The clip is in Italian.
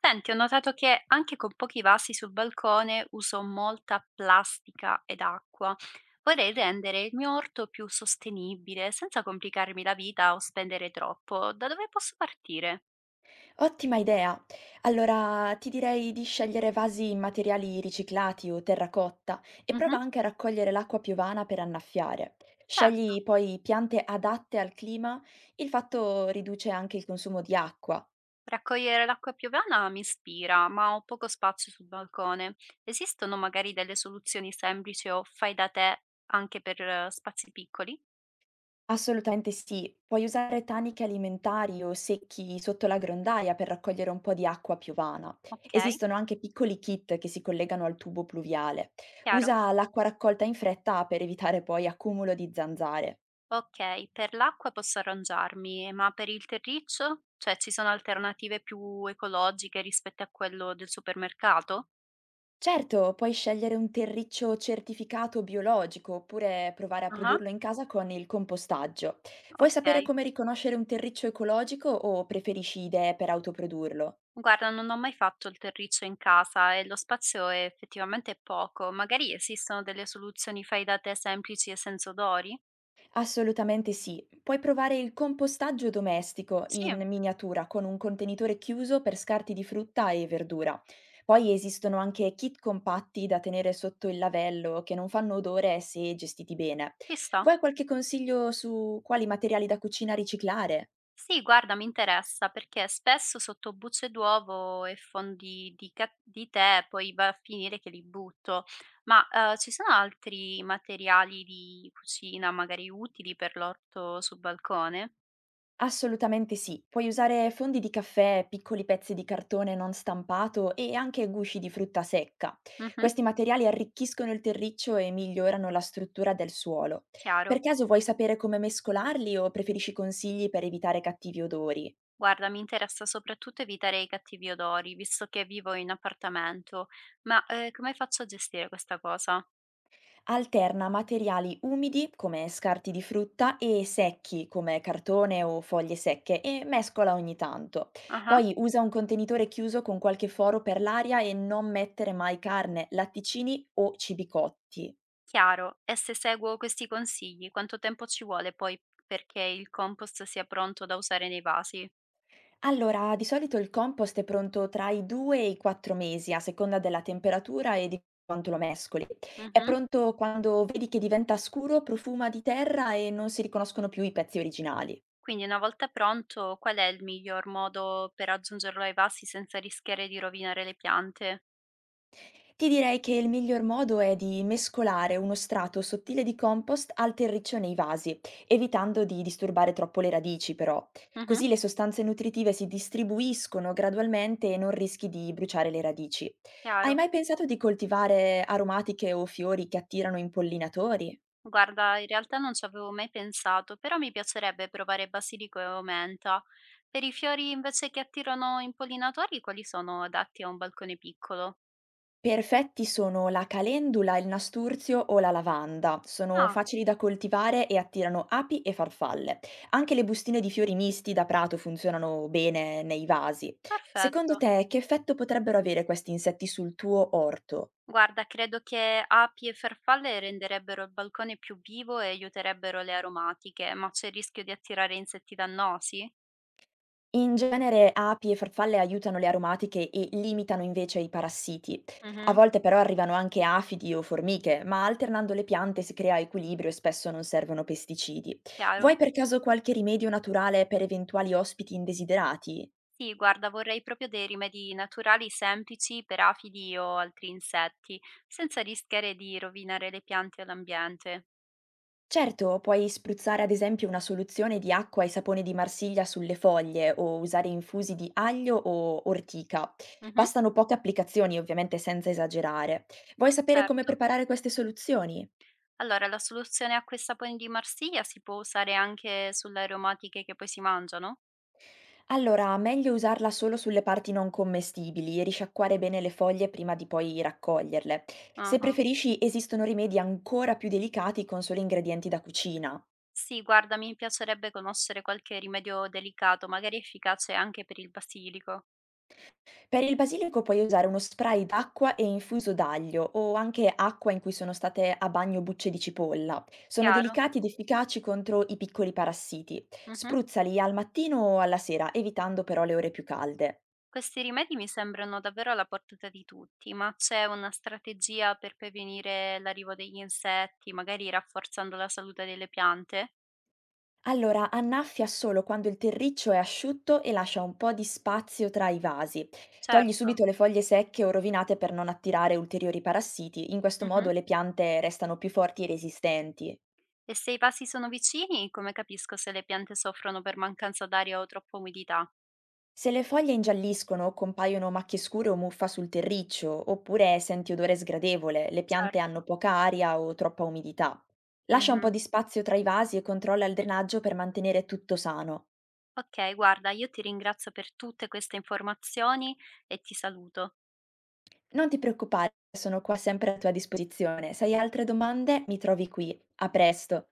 Senti, ho notato che anche con pochi vasi sul balcone uso molta plastica ed acqua. Vorrei rendere il mio orto più sostenibile, senza complicarmi la vita o spendere troppo. Da dove posso partire? Ottima idea! Allora ti direi di scegliere vasi in materiali riciclati o terracotta e Mhm, prova anche a raccogliere l'acqua piovana per annaffiare. certo, Scegli poi piante adatte al clima, il fatto riduce anche il consumo di acqua. raccogliere l'acqua piovana mi ispira, ma ho poco spazio sul balcone. Esistono magari delle soluzioni semplici o fai da te anche per spazi piccoli? Assolutamente sì, puoi usare taniche alimentari o secchi sotto la grondaia per raccogliere un po' di acqua piovana. Ok, Esistono anche piccoli kit che si collegano al tubo pluviale. chiaro. Usa l'acqua raccolta in fretta per evitare poi accumulo di zanzare. Okay, per l'acqua posso arrangiarmi, ma per il terriccio? Cioè ci sono alternative più ecologiche rispetto a quello del supermercato? Certo, puoi scegliere un terriccio certificato biologico oppure provare a Ah-ah, produrlo in casa con il compostaggio. Vuoi sapere okay. come riconoscere un terriccio ecologico o preferisci idee per autoprodurlo? Guarda, non ho mai fatto il terriccio in casa e lo spazio è effettivamente poco. Magari esistono delle soluzioni fai da te semplici e senza odori? Assolutamente sì, puoi provare il compostaggio domestico Sì, in miniatura con un contenitore chiuso per scarti di frutta e verdura. Poi esistono anche kit compatti da tenere sotto il lavello che non fanno odore se gestiti bene. ci sta. Vuoi qualche consiglio su quali materiali da cucina riciclare? Sì, guarda, mi interessa perché spesso sotto bucce d'uovo e fondi di tè poi va a finire che li butto, ma ci sono altri materiali di cucina magari utili per l'orto sul balcone? Assolutamente sì, puoi usare fondi di caffè, piccoli pezzi di cartone non stampato e anche gusci di frutta secca. Mhm, Questi materiali arricchiscono il terriccio e migliorano la struttura del suolo. chiaro. Per caso vuoi sapere come mescolarli o preferisci consigli per evitare cattivi odori? Guarda, mi interessa soprattutto evitare i cattivi odori, visto che vivo in appartamento, ma come faccio a gestire questa cosa? Alterna materiali umidi come scarti di frutta e secchi come cartone o foglie secche, e mescola ogni tanto. Ah. Poi usa un contenitore chiuso con qualche foro per l'aria e non mettere mai carne, latticini o cibi cotti. Chiaro, e se seguo questi consigli, quanto tempo ci vuole poi perché il compost sia pronto da usare nei vasi? Allora, di solito il compost è pronto tra i 2 e i 4 mesi, a seconda della temperatura e di quanto lo mescoli. È Mhm. pronto quando vedi che diventa scuro, profuma di terra e non si riconoscono più i pezzi originali. Quindi una volta pronto, qual è il miglior modo per aggiungerlo ai vasi senza rischiare di rovinare le piante? Ti direi che il miglior modo è di mescolare uno strato sottile di compost al terriccio nei vasi, evitando di disturbare troppo le radici però. Mhm, Così le sostanze nutritive si distribuiscono gradualmente e non rischi di bruciare le radici. Hai chiaro. mai pensato di coltivare aromatiche o fiori che attirano impollinatori? Guarda, in realtà non ci avevo mai pensato, però mi piacerebbe provare basilico e menta. Per i fiori invece che attirano impollinatori, quali sono adatti a un balcone piccolo? Perfetti sono la calendula, il nasturzio o la lavanda. Sono Ah, facili da coltivare e attirano api e farfalle. Anche le bustine di fiori misti da prato funzionano bene nei vasi. Secondo perfetto. te, che effetto potrebbero avere questi insetti sul tuo orto? Guarda, credo che api e farfalle renderebbero il balcone più vivo e aiuterebbero le aromatiche, ma c'è il rischio di attirare insetti dannosi? In genere api e farfalle aiutano le aromatiche e limitano invece i parassiti. A Mhm, volte però arrivano anche afidi o formiche, ma alternando le piante si crea equilibrio e spesso non servono pesticidi. chiaro. Vuoi per caso qualche rimedio naturale per eventuali ospiti indesiderati? Sì, guarda, vorrei proprio dei rimedi naturali semplici per afidi o altri insetti, senza rischiare di rovinare le piante o l'ambiente. Certo, puoi spruzzare ad esempio una soluzione di acqua e sapone di Marsiglia sulle foglie, o usare infusi di aglio o ortica. Mhm, Bastano poche applicazioni, ovviamente senza esagerare. Vuoi sapere come certo. preparare queste soluzioni? Allora, la soluzione a questa poi di Marsiglia si può usare anche sulle aromatiche che poi si mangiano? Allora, meglio usarla solo sulle parti non commestibili e risciacquare bene le foglie prima di poi raccoglierle. Se Ah. preferisci, esistono rimedi ancora più delicati con solo ingredienti da cucina. Sì, guarda, mi piacerebbe conoscere qualche rimedio delicato, magari efficace anche per il basilico. Per il basilico puoi usare uno spray d'acqua e infuso d'aglio, o anche acqua in cui sono state a bagno bucce di cipolla. Sono Chiaro? delicati ed efficaci contro i piccoli parassiti. Mhm. Spruzzali al mattino o alla sera, evitando però le ore più calde. Questi rimedi mi sembrano davvero alla portata di tutti, ma c'è una strategia per prevenire l'arrivo degli insetti, magari rafforzando la salute delle piante? Allora, annaffia solo quando il terriccio è asciutto e lascia un po' di spazio tra i vasi. Togli Certo. subito le foglie secche o rovinate per non attirare ulteriori parassiti, in questo Mhm. modo le piante restano più forti e resistenti. E se i passi sono vicini, come capisco se le piante soffrono per mancanza d'aria o troppa umidità? Se le foglie ingialliscono o compaiono macchie scure o muffa sul terriccio, oppure senti odore sgradevole, le piante hanno Certo. poca aria o troppa umidità. Lascia un po' Mhm. di spazio tra i vasi e controlla il drenaggio per mantenere tutto sano. Ok, guarda, io ti ringrazio per tutte queste informazioni e ti saluto. Non ti preoccupare, sono qua sempre a tua disposizione. Se hai altre domande, mi trovi qui. A presto.